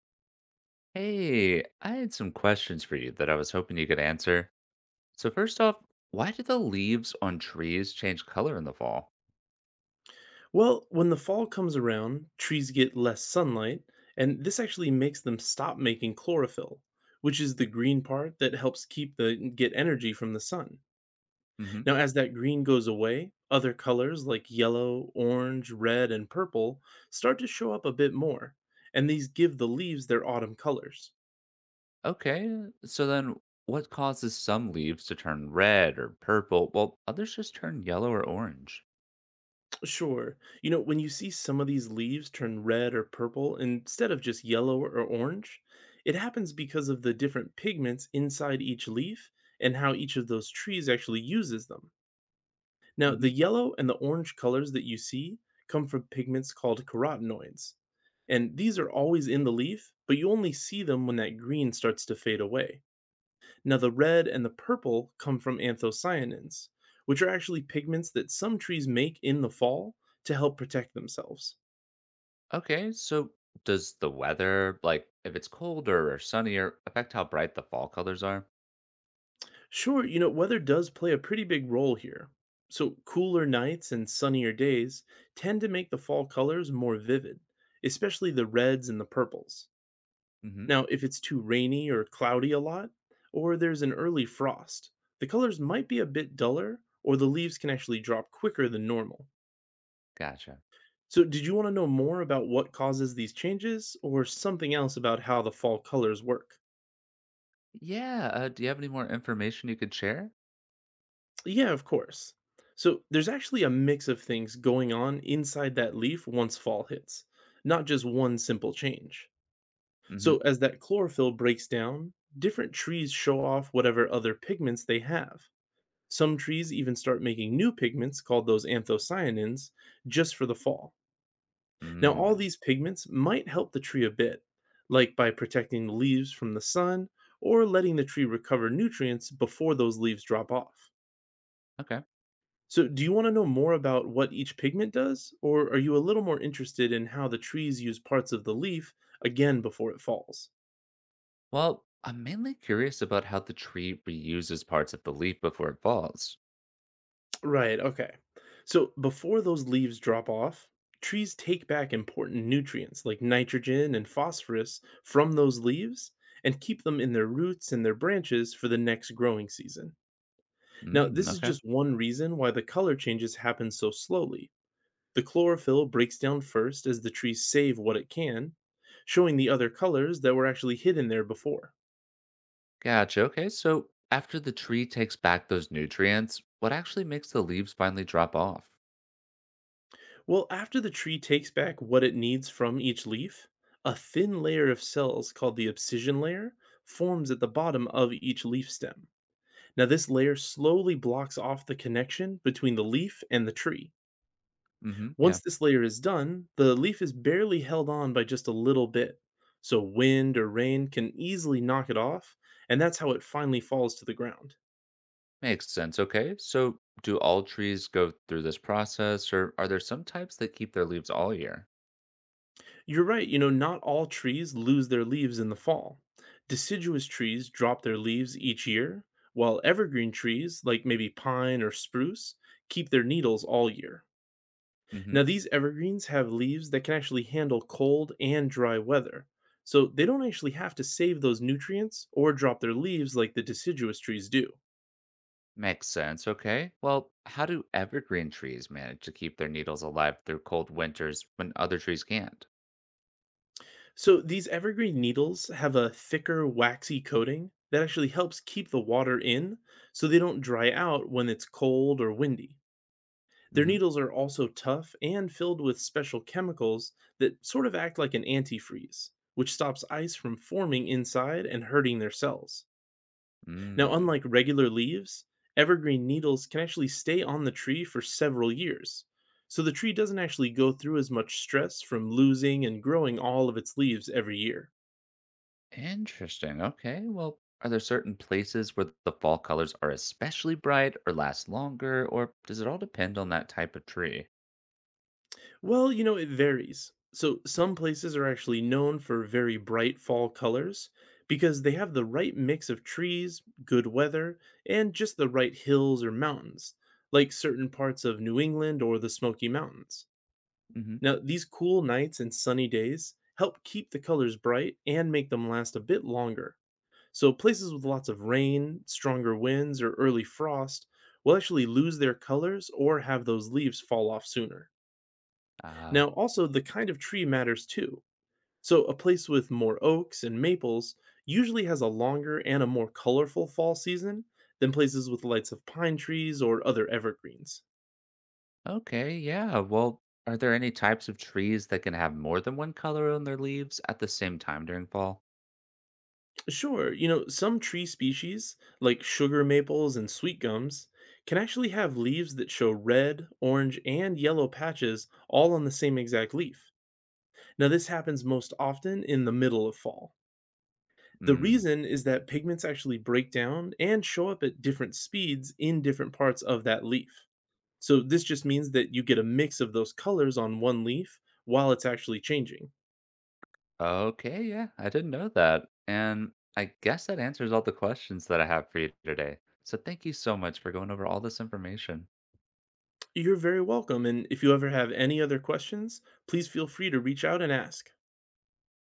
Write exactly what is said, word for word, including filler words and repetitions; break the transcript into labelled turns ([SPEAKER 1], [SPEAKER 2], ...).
[SPEAKER 1] Hey, I had some questions for you that I was hoping you could answer. So first off, why do the leaves on trees change color in the fall?
[SPEAKER 2] Well, when the fall comes around, trees get less sunlight, and this actually makes them stop making chlorophyll, which is the green part that helps keep the get energy from the sun.
[SPEAKER 1] hmm
[SPEAKER 2] Now, as that green goes away, other colors like yellow, orange, red, and purple start to show up a bit more, and these give the leaves their autumn colors.
[SPEAKER 1] Okay, so then what causes some leaves to turn red or purple while others just turn yellow or orange?
[SPEAKER 2] Sure. You know, when you see some of these leaves turn red or purple instead of just yellow or orange, it happens because of the different pigments inside each leaf and how each of those trees actually uses them. Now, the
[SPEAKER 1] hmm
[SPEAKER 2] yellow and the orange colors that you see come from pigments called carotenoids. And these are always in the leaf, but you only see them when that green starts to fade away. Now, the red and the purple come from anthocyanins, which are actually pigments that some trees make in the fall to help protect themselves.
[SPEAKER 1] Okay, so does the weather, like if it's colder or sunnier, affect how bright the fall colors are?
[SPEAKER 2] Sure, you know, weather does play a pretty big role here. So, cooler nights and sunnier days tend to make the fall colors more vivid, especially the reds and the purples.
[SPEAKER 1] hmm
[SPEAKER 2] Now, if it's too rainy or cloudy a lot, or there's an early frost, the colors might be a bit duller, or the leaves can actually drop quicker than normal.
[SPEAKER 1] Gotcha.
[SPEAKER 2] So, did you want to know more about what causes these changes or something else about how the fall colors work?
[SPEAKER 1] Yeah, uh, do you have any more information you could share?
[SPEAKER 2] Yeah, of course. So, there's actually a mix of things going on inside that leaf once fall hits, not just one simple change.
[SPEAKER 1] hmm
[SPEAKER 2] So, as that chlorophyll breaks down, different trees show off whatever other pigments they have. Some trees even start making new pigments called those anthocyanins just for the fall. Now, all
[SPEAKER 1] Mm,
[SPEAKER 2] these pigments might help the tree a bit, like by protecting the leaves from the sun or letting the tree recover nutrients before those leaves drop off.
[SPEAKER 1] okay.
[SPEAKER 2] So, do you want to know more about what each pigment does, or are you a little more interested in how the trees use parts of the leaf again before it falls?
[SPEAKER 1] Well, I'm mainly curious about how the tree reuses parts of the leaf before it falls.
[SPEAKER 2] Right, okay. So, before those leaves drop off, trees take back important nutrients like nitrogen and phosphorus from those leaves and keep them in their roots and their branches for the next growing season. Now,
[SPEAKER 1] Mm,
[SPEAKER 2] this is
[SPEAKER 1] okay.
[SPEAKER 2] just one reason why the color changes happen so slowly. The chlorophyll breaks down first as the trees save what it can, showing the other colors that were actually hidden there before.
[SPEAKER 1] Gotcha. Okay. So after the tree takes back those nutrients, what actually makes the leaves finally drop off?
[SPEAKER 2] Well, after the tree takes back what it needs from each leaf, a thin layer of cells called the abscission layer forms at the bottom of each leaf stem. Now, this layer slowly blocks off the connection between the leaf and the tree.
[SPEAKER 1] Mm-hmm.
[SPEAKER 2] Once
[SPEAKER 1] Yeah.
[SPEAKER 2] this layer is done, the leaf is barely held on by just a little bit, so wind or rain can easily knock it off, and that's how it finally falls to the ground.
[SPEAKER 1] Makes sense. Okay. So do all trees go through this process, or are there some types that keep their leaves all year?
[SPEAKER 2] You're right, you know, not all trees lose their leaves in the fall. Deciduous trees drop their leaves each year, while evergreen trees, like maybe pine or spruce, keep their needles all year.
[SPEAKER 1] Mm-hmm.
[SPEAKER 2] Now, these evergreens have leaves that can actually handle cold and dry weather, so they don't actually have to save those nutrients or drop their leaves like the deciduous trees do.
[SPEAKER 1] Makes sense. Okay. Well, how do evergreen trees manage to keep their needles alive through cold winters when other trees can't?
[SPEAKER 2] So, these evergreen needles have a thicker, waxy coating that actually helps keep the water in so they don't dry out when it's cold or windy. Their
[SPEAKER 1] Mm-hmm.
[SPEAKER 2] needles are also tough and filled with special chemicals that sort of act like an antifreeze, which stops ice from forming inside and hurting their cells. Now,
[SPEAKER 1] Mm.
[SPEAKER 2] unlike regular leaves, evergreen needles can actually stay on the tree for several years. So the tree doesn't actually go through as much stress from losing and growing all of its leaves every year.
[SPEAKER 1] Interesting. Okay. Well, are there certain places where the fall colors are especially bright or last longer, or does it all depend on that type of tree?
[SPEAKER 2] Well, you know, it varies. So some places are actually known for very bright fall colors because they have the right mix of trees, good weather, and just the right hills or mountains, like certain parts of New England or the Smoky Mountains.
[SPEAKER 1] Mm-hmm.
[SPEAKER 2] Now, these cool nights and sunny days help keep the colors bright and make them last a bit longer. So, places with lots of rain, stronger winds, or early frost will actually lose their colors or have those leaves fall off sooner.
[SPEAKER 1] Uh,
[SPEAKER 2] Now, also, the kind of tree matters too. So, a place with more oaks and maples usually has a longer and a more colorful fall season than places with lights of pine trees or other evergreens.
[SPEAKER 1] okay. Yeah. Well, are there any types of trees that can have more than one color on their leaves at the same time during fall?
[SPEAKER 2] Sure, you know, some tree species, like sugar maples and sweet gums, can actually have leaves that show red, orange, and yellow patches all on the same exact leaf. Now, this happens most often in the middle of fall. The
[SPEAKER 1] Mm.
[SPEAKER 2] reason is that pigments actually break down and show up at different speeds in different parts of that leaf. So, this just means that you get a mix of those colors on one leaf while it's actually changing.
[SPEAKER 1] Okay. Yeah. I didn't know that. And I guess that answers all the questions that I have for you today. So thank you so much for going over all this information.
[SPEAKER 2] You're very welcome, and if you ever have any other questions, please feel free to reach out and ask.